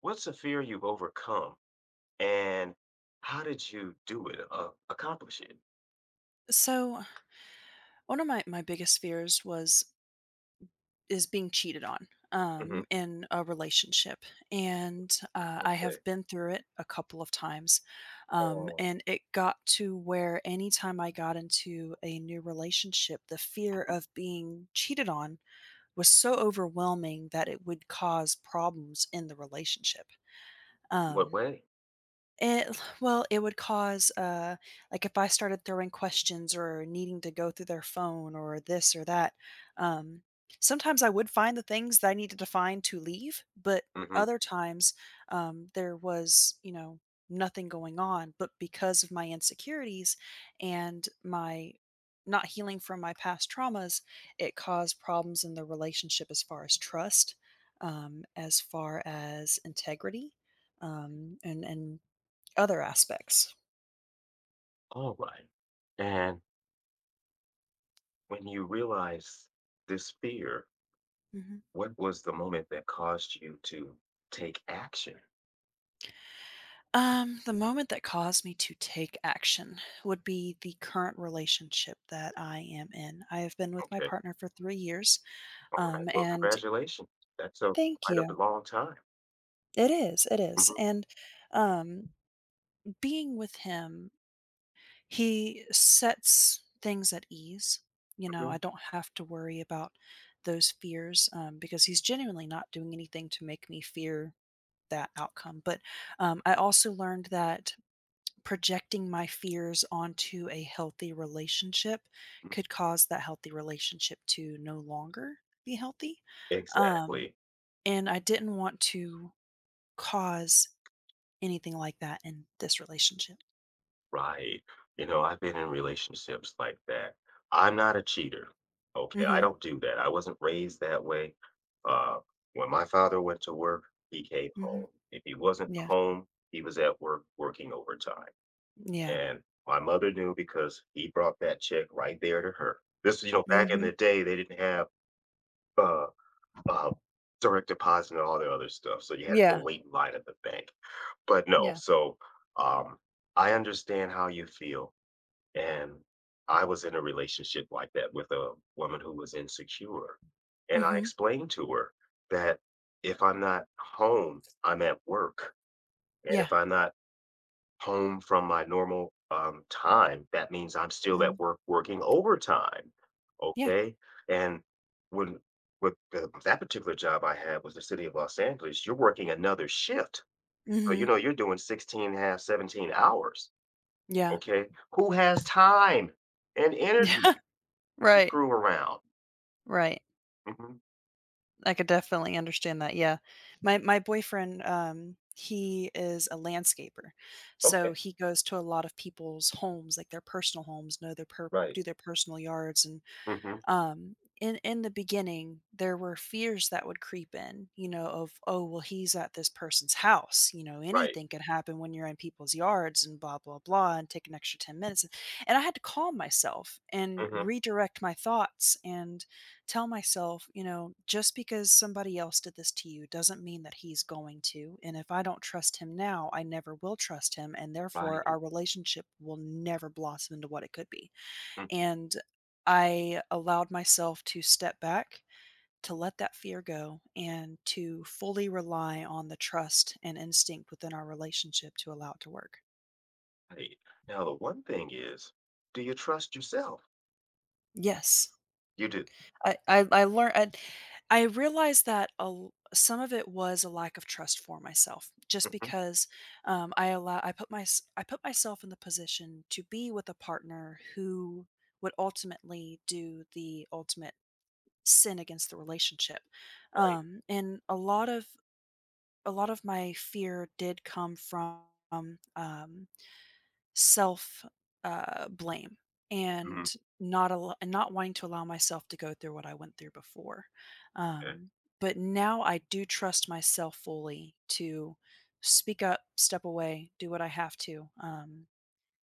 What's a fear you've overcome, and how did you do it, accomplish it? So one of my biggest fears was is being cheated on Mhm, in a relationship, and I okay. have been through it a couple of times. Oh. And it got to where anytime I got into a new relationship, the fear Mhm. of being cheated on was so overwhelming that it would cause problems in the relationship. In what um way? It, well, it would cause, like, if I started throwing questions or needing to go through their phone or this or that, um, sometimes I would find the things that I needed to find to leave, but Mhm. other times, there was, nothing going on, but because of my insecurities and my not healing from my past traumas, it caused problems in the relationship as far as trust, as far as integrity, and other aspects. All right. And when you realized this fear, Mhm. what was the moment that caused you to take action? The moment that caused me to take action would be the current relationship that I am in. I have been with my Okay. partner for 3 years. All right. Well, And congratulations. That's a thank quite a you. long time. It is, it is. Mhm, And um, being with him, he sets things at ease. You know, mhm, I don't have to worry about those fears, because he's genuinely not doing anything to make me fear that outcome. But I also learned that projecting my fears onto a healthy relationship mhm. could cause that healthy relationship to no longer be healthy. Um, Exactly. and I didn't want to cause anything like that in this relationship. Right. You know, I've been in relationships like that. I'm not a cheater. Okay. I Hmm. don't do that. I wasn't raised that way. Uh, when my father went to work, he came Hmm. home. If he wasn't Yeah. home, he was at work working overtime. Yeah. And my mother knew because he brought that check right there to her. This, you know, back in Hmm. the day, they didn't have uh, uh, direct deposit and all the other stuff. So you had to go Yeah. wait in line at the bank. But no, Yeah. so um, I understand how you feel and I was in a relationship like that with a woman who was insecure. And I Hmm. explained to her that if I'm not home, I'm at work. And Yeah. if I'm not home from my normal time, that means I'm still Hmm. at work working overtime. Yeah. Okay. And when with that particular job I had was the city of Los Angeles, you're working another shift. So, you Hmm. know, you're doing 16 half, 17 hours. Yeah. Okay, who has time and energy Yeah. to Right. screw around? Right. Mhm, I could definitely understand that, yeah. My boyfriend, he is a landscaper, so okay, he goes to a lot of people's homes, like, their personal homes, know their per right, do their personal yards, and mhm, in the beginning there were fears that would creep in, you know, of, oh well, he's at this person's house, you know, right, anything could happen when you're in people's yards and blah blah blah and take an extra 10 minutes, and I had to calm myself and mhm, redirect my thoughts and tell myself, you know, just because somebody else did this to you doesn't mean that he's going to, and if I don't trust him now, I never will trust him, and therefore right, our relationship will never blossom into what it could be. mm, And I allowed myself to step back, to let that fear go, and to fully rely on the trust and instinct within our relationship to allow it to work. right. Now the one thing is, do you trust yourself? Yes. You do. I learned I realized that a l some of it was a lack of trust for myself, just Mhm, because I allow I put my s- I put myself in the position to be with a partner who would ultimately do the ultimate sin against the relationship. right, And a lot of my fear did come from um, um, self blame, mhm, and not wanting to allow myself to go through what I went through before. yeah, Um, but now I do trust myself fully to speak up, step away, do what I have to. Um,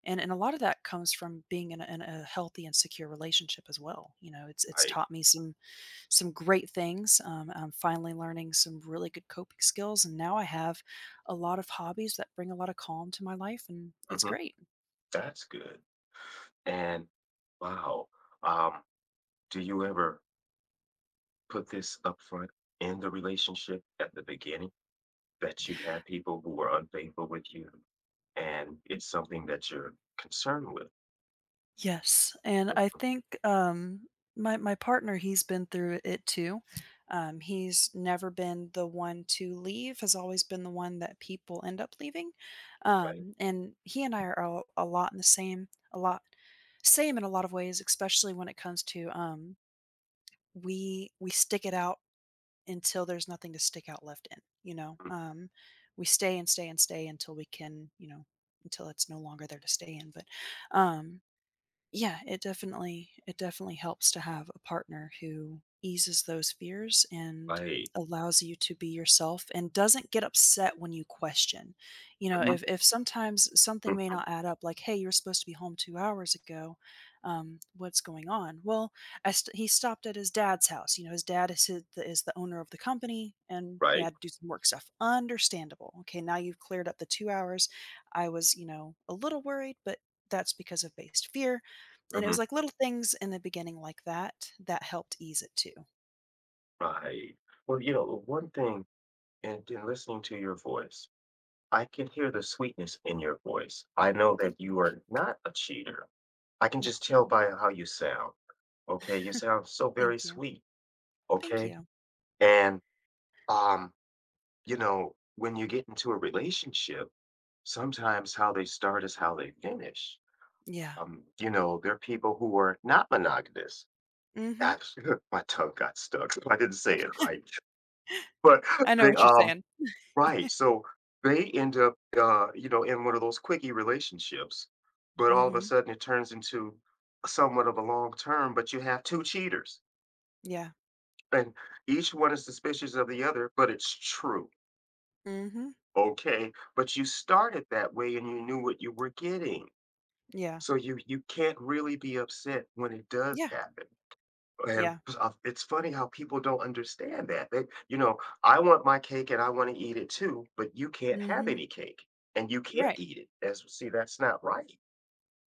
and and a lot of that comes from being in a healthy and secure relationship as well. You know, it's right, taught me some great things. I'm finally learning some really good coping skills, and now I have a lot of hobbies that bring a lot of calm to my life, and it's mhm. great. That's good. And wow, um, do you ever put this up front in the relationship at the beginning, that you've people who are unfaithful with you, and it's something that you're concerned with, Yes, and I think my partner, he's been through it too. He's never been the one to leave; has always been the one that people end up leaving. right? And he and I are, a lot in the same, a lot same in a lot of ways, especially when it comes to, we stick it out until there's nothing to stick out left in, you know? We stay and stay and stay until we can, you know, until it's no longer there to stay in. But, um, yeah, it definitely helps to have a partner who eases those fears and Right. allows you to be yourself and doesn't get upset when you question. You know, Mhm, if sometimes something may mm, not add up, like, "Hey, you're supposed to be home 2 hours ago. What's going on?" Well, he stopped at his dad's house. You know, his dad is, is the owner of the company, and he right, had to do some work stuff. Understandable. Okay, now you've cleared up the 2 hours. I was, you know, a little worried, but that's because of based fear, and it mhm, was like little things in the beginning like that, that helped ease it too. right. Well, you know, one thing and in listening to your voice, I can hear the sweetness in your voice. I know Thank that you. you are not a cheater. I can No. just tell by how you sound, okay? You sound so very Thank you. sweet, Thank okay? you. And, um, you know, when you get into a relationship, sometimes how they start is how they finish. Yeah. You know, there are people who are not monogamous. Mm. Mhm. Gosh, my tongue got stuck. So I didn't say it right. But I know they, what you're um saying. right, so they end up, you know, in one of those quickie relationships, but Mm. all of a Mhm. sudden it turns into somewhat of a long term, but you have 2 cheaters, Yeah. and each one is suspicious of the other, but it's true, Mm. Mhm. okay? But you started that way and you knew what you were getting, Yeah. so you can't really be upset when it does Yeah. happen. And Yeah. It's funny how people don't understand that. They, you know, I want my cake and I want to eat it too, but you can't Mm. have Mhm. any cake and you can't Right. eat it. As see, that's not right.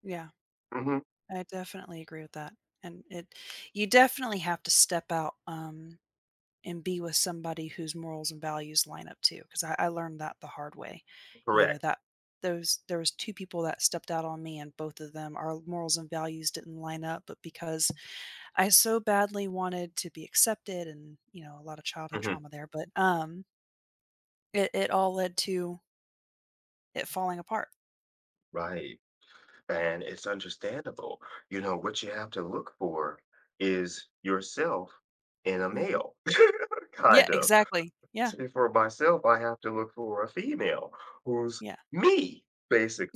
Yeah. Hmm. I definitely agree with that. And it you definitely have to step out, and be with somebody whose morals and values line up too, 'cause I learned that the hard way. You know, Correct. that those there was 2 people that stepped out on me, and both of them, our morals and values didn't line up, but because I so badly wanted to be accepted and, you know, a lot of childhood Hmm. trauma there, but, it all led to it falling apart. Right. And it's understandable. You know, what you have to look for is yourself in a Mhm. male, Yeah, kind of. exactly. Yeah, Say for myself, I have to look for a female who's yeah. me,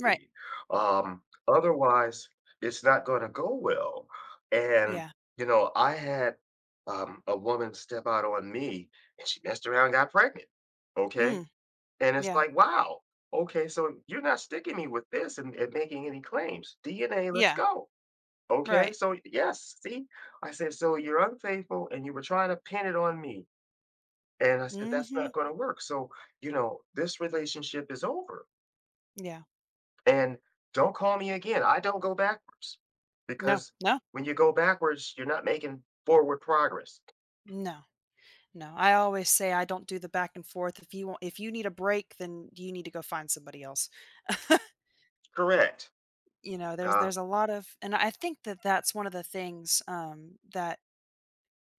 Right. Um, Otherwise, it's not going to go well. And, Yeah. you know, I had a woman step out on me and she messed around and got pregnant. Okay. Mm, And it's yeah, like, wow. Okay. So you're not sticking me with this and making any claims. DNA, let's yeah, go. Okay. right. So, yes. See, I said, so you're unfaithful and you were trying to pin it on me. And I said, that's not Mhm. going to work. So, you know, this relationship is over. Yeah. And don't call me again. I don't go backwards No, because no, when you go backwards, you're not making forward progress. no. No, I always say I don't do the back and forth. If you need a break, then you need to go find somebody else. Correct. You know, there's Uh, there's a lot of, and I think that's one of the things, that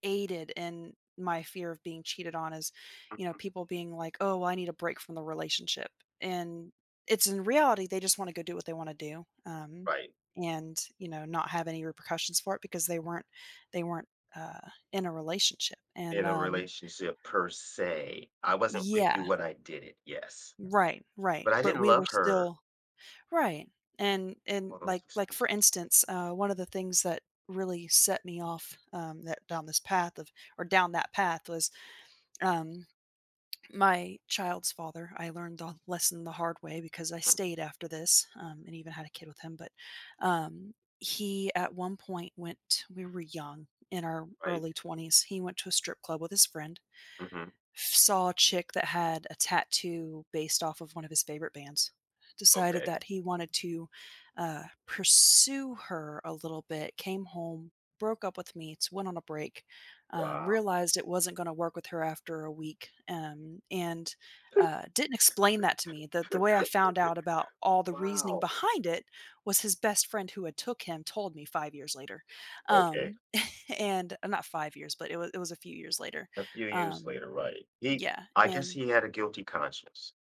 aided in my fear of being cheated on is, you know, people being like, "Oh, well, I need a break from the relationship." And it's in reality, they just wanna go do what they wanna do, right. and, you know, not have any repercussions for it because they weren't, uh, in a relationship, and, In a relationship per se. I wasn't with you yeah. when I did it. Yes. Right, right, But I but didn't we were love her. still. Right, and and, All those like like, for excuses. instance, one of the things that really set me off, that, down this path of or down that path, was um, my child's father. I learned the lesson the hard way because I Mm, stayed after this, and even had a kid with him, but, he, at one point, went we were young, in our right. early 20s, he went to a strip club with his friend. Hmm. Saw a chick that had a tattoo based off of one of his favorite bands. Decided Okay. that he wanted to, pursue her a little bit, came home, broke up with me, went on a break, Wow. realized it wasn't gonna work with her after a week, and didn't explain that to me. The way I found out about all the reasoning Wow. behind it was his best friend who had took him told me 5 years later, Okay. um, and not 5 years, but it was a few years later, A few years um, later. Right. Yeah, I guess he had a guilty conscience.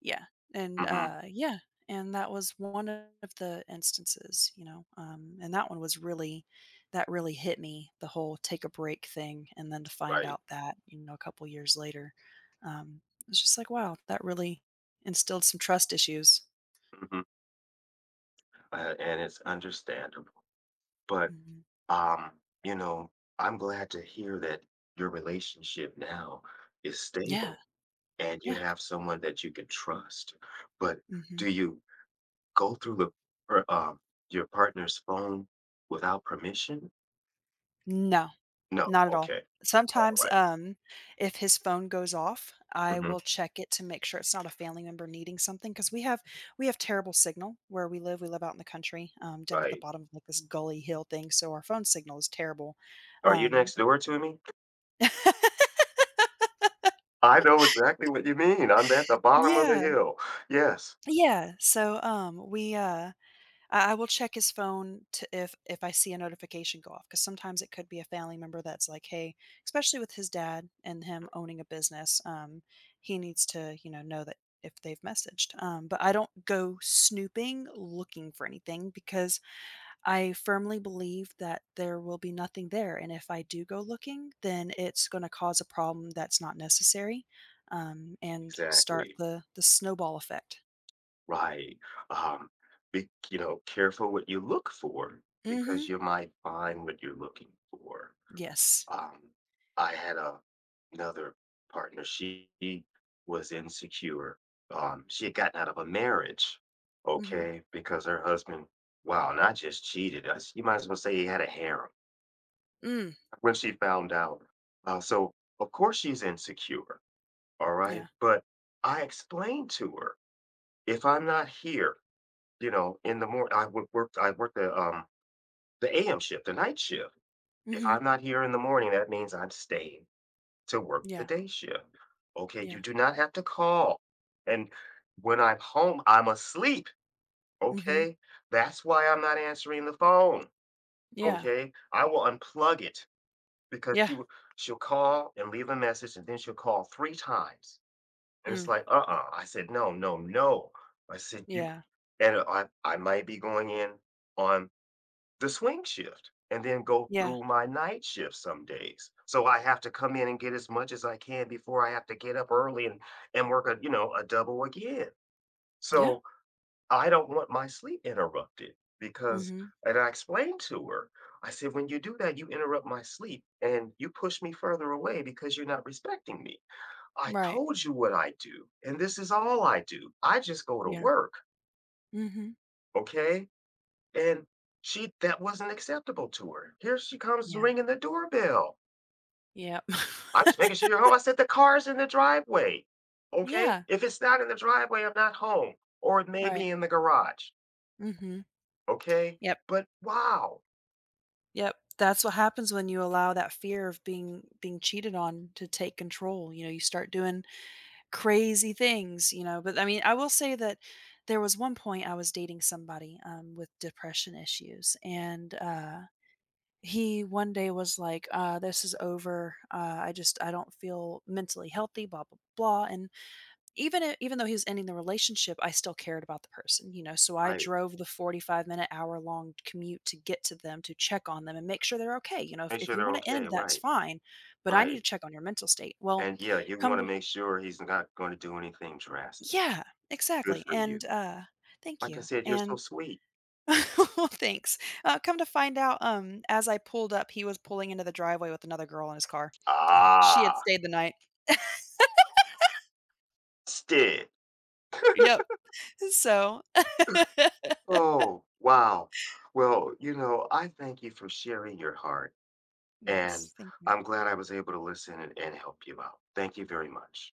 yeah, and, Hmm. uh, yeah, and that was one of the instances, you know, and that really hit me, the whole take a break thing, and then to find Right. out that, you know, a couple years later, it was just like, wow, that really instilled some trust issues. Mhm. And it's understandable. But Mhm. um, you know, I'm glad to hear that your relationship now is Yeah, stable and you yeah, have someone that you can trust. But mhm. do you go through per- um your partner's phone without permission? No. No. Not at all. Okay. All Sometimes, right. If his phone goes off, I Mm-hmm. will check it to make sure it's not a family member needing something. Because we have terrible signal where we live. We live out in the country, down at the Right. bottom of, like, this gully hill thing, so our phone signal is terrible. Are you Um next door to me? I know exactly what you mean. I'm at the bottom of the Yeah. hill. Yes. Yeah, so, I will check his phone to if I see a notification go off, because sometimes it could be a family member that's like, "Hey," especially with his dad and him owning a business. He needs to, you know that if they've messaged, but I don't go snooping looking for anything because I firmly believe that there will be nothing there, and if I do go looking, then it's gonna cause a problem that's not necessary, and start Exactly. the snowball effect. Right. Um, be, careful what you look for because Mhm. you might find what you're looking for. Yes. Um, I had another partner. She was insecure. She had gotten out of a marriage, Mhm. okay, because her husband, wow, not just cheated us. You might as well say he had a harem Mm, when she found out. So, of course, she's insecure. All right. yeah. But I explained to her if I'm not here, you know, in the morning, I would work. I work the a.m. shift, the night shift. If Mhm. I'm not here in the morning, that means I'm staying to work the Yeah, day shift. Okay, you yeah. do not have to call. And when I'm home, I'm asleep. Mhm. Okay, that's why I'm not answering the phone. Yeah. Okay, I will unplug it because Yeah. she will. She'll call and leave a message, and then she'll call three times. And it's Mm. like, uh-uh. I said, no, no, no. I said, you Yeah. and I might be going in on the swing shift and then go Yeah. through my night shift some days. So I have to come in and get as much as I can before I have to get up early and work a double again. Yeah. So I don't want my sleep interrupted because Mhm. and I explained to her, I said, when you do that, you interrupt my sleep and you push me further away because you're not respecting me. I Right. told you what I do, and this is all I do. I just go to Yeah. work. Mhm. Okay. And she that wasn't acceptable to her. Here she comes Yeah. ringing the doorbell. Yep. "I'm just making sure you're home." I said, "The car's in the driveway." Okay? Yeah. "If it's not in the driveway, I'm not home, or it may be Right. in the garage." Mhm. Okay? Yep. But wow. Yep. That's what happens when you allow that fear of being cheated on to take control. You know, you start doing crazy things, you know, but, I mean, I will say that there was one point I was dating somebody, with depression issues, and, he one day was like, "This is over. I just, I don't feel mentally healthy." Blah blah blah. And even though he was ending the relationship, I still cared about the person, you know. So I Right. drove the 45-minute, hour long commute to get to them to check on them and make sure they're okay. You know, Make if sure you they're want to okay, end, that's right, fine, but I need right. to check on your mental state. Well, And, yeah, you come wanna to — make sure he's not gonna do anything drastic. yeah, Good exactly. for you. And thank Like I you. said, you're so And sweet. well, thanks. Come to find out, as I pulled up, he was pulling into the driveway with another girl in his car. She had Ah, stayed the night. still. Yep. So Oh, wow. Well, you know, I thank you for sharing your heart. And yes, thank you. I'm glad I was able to listen and help you out. Thank you very much.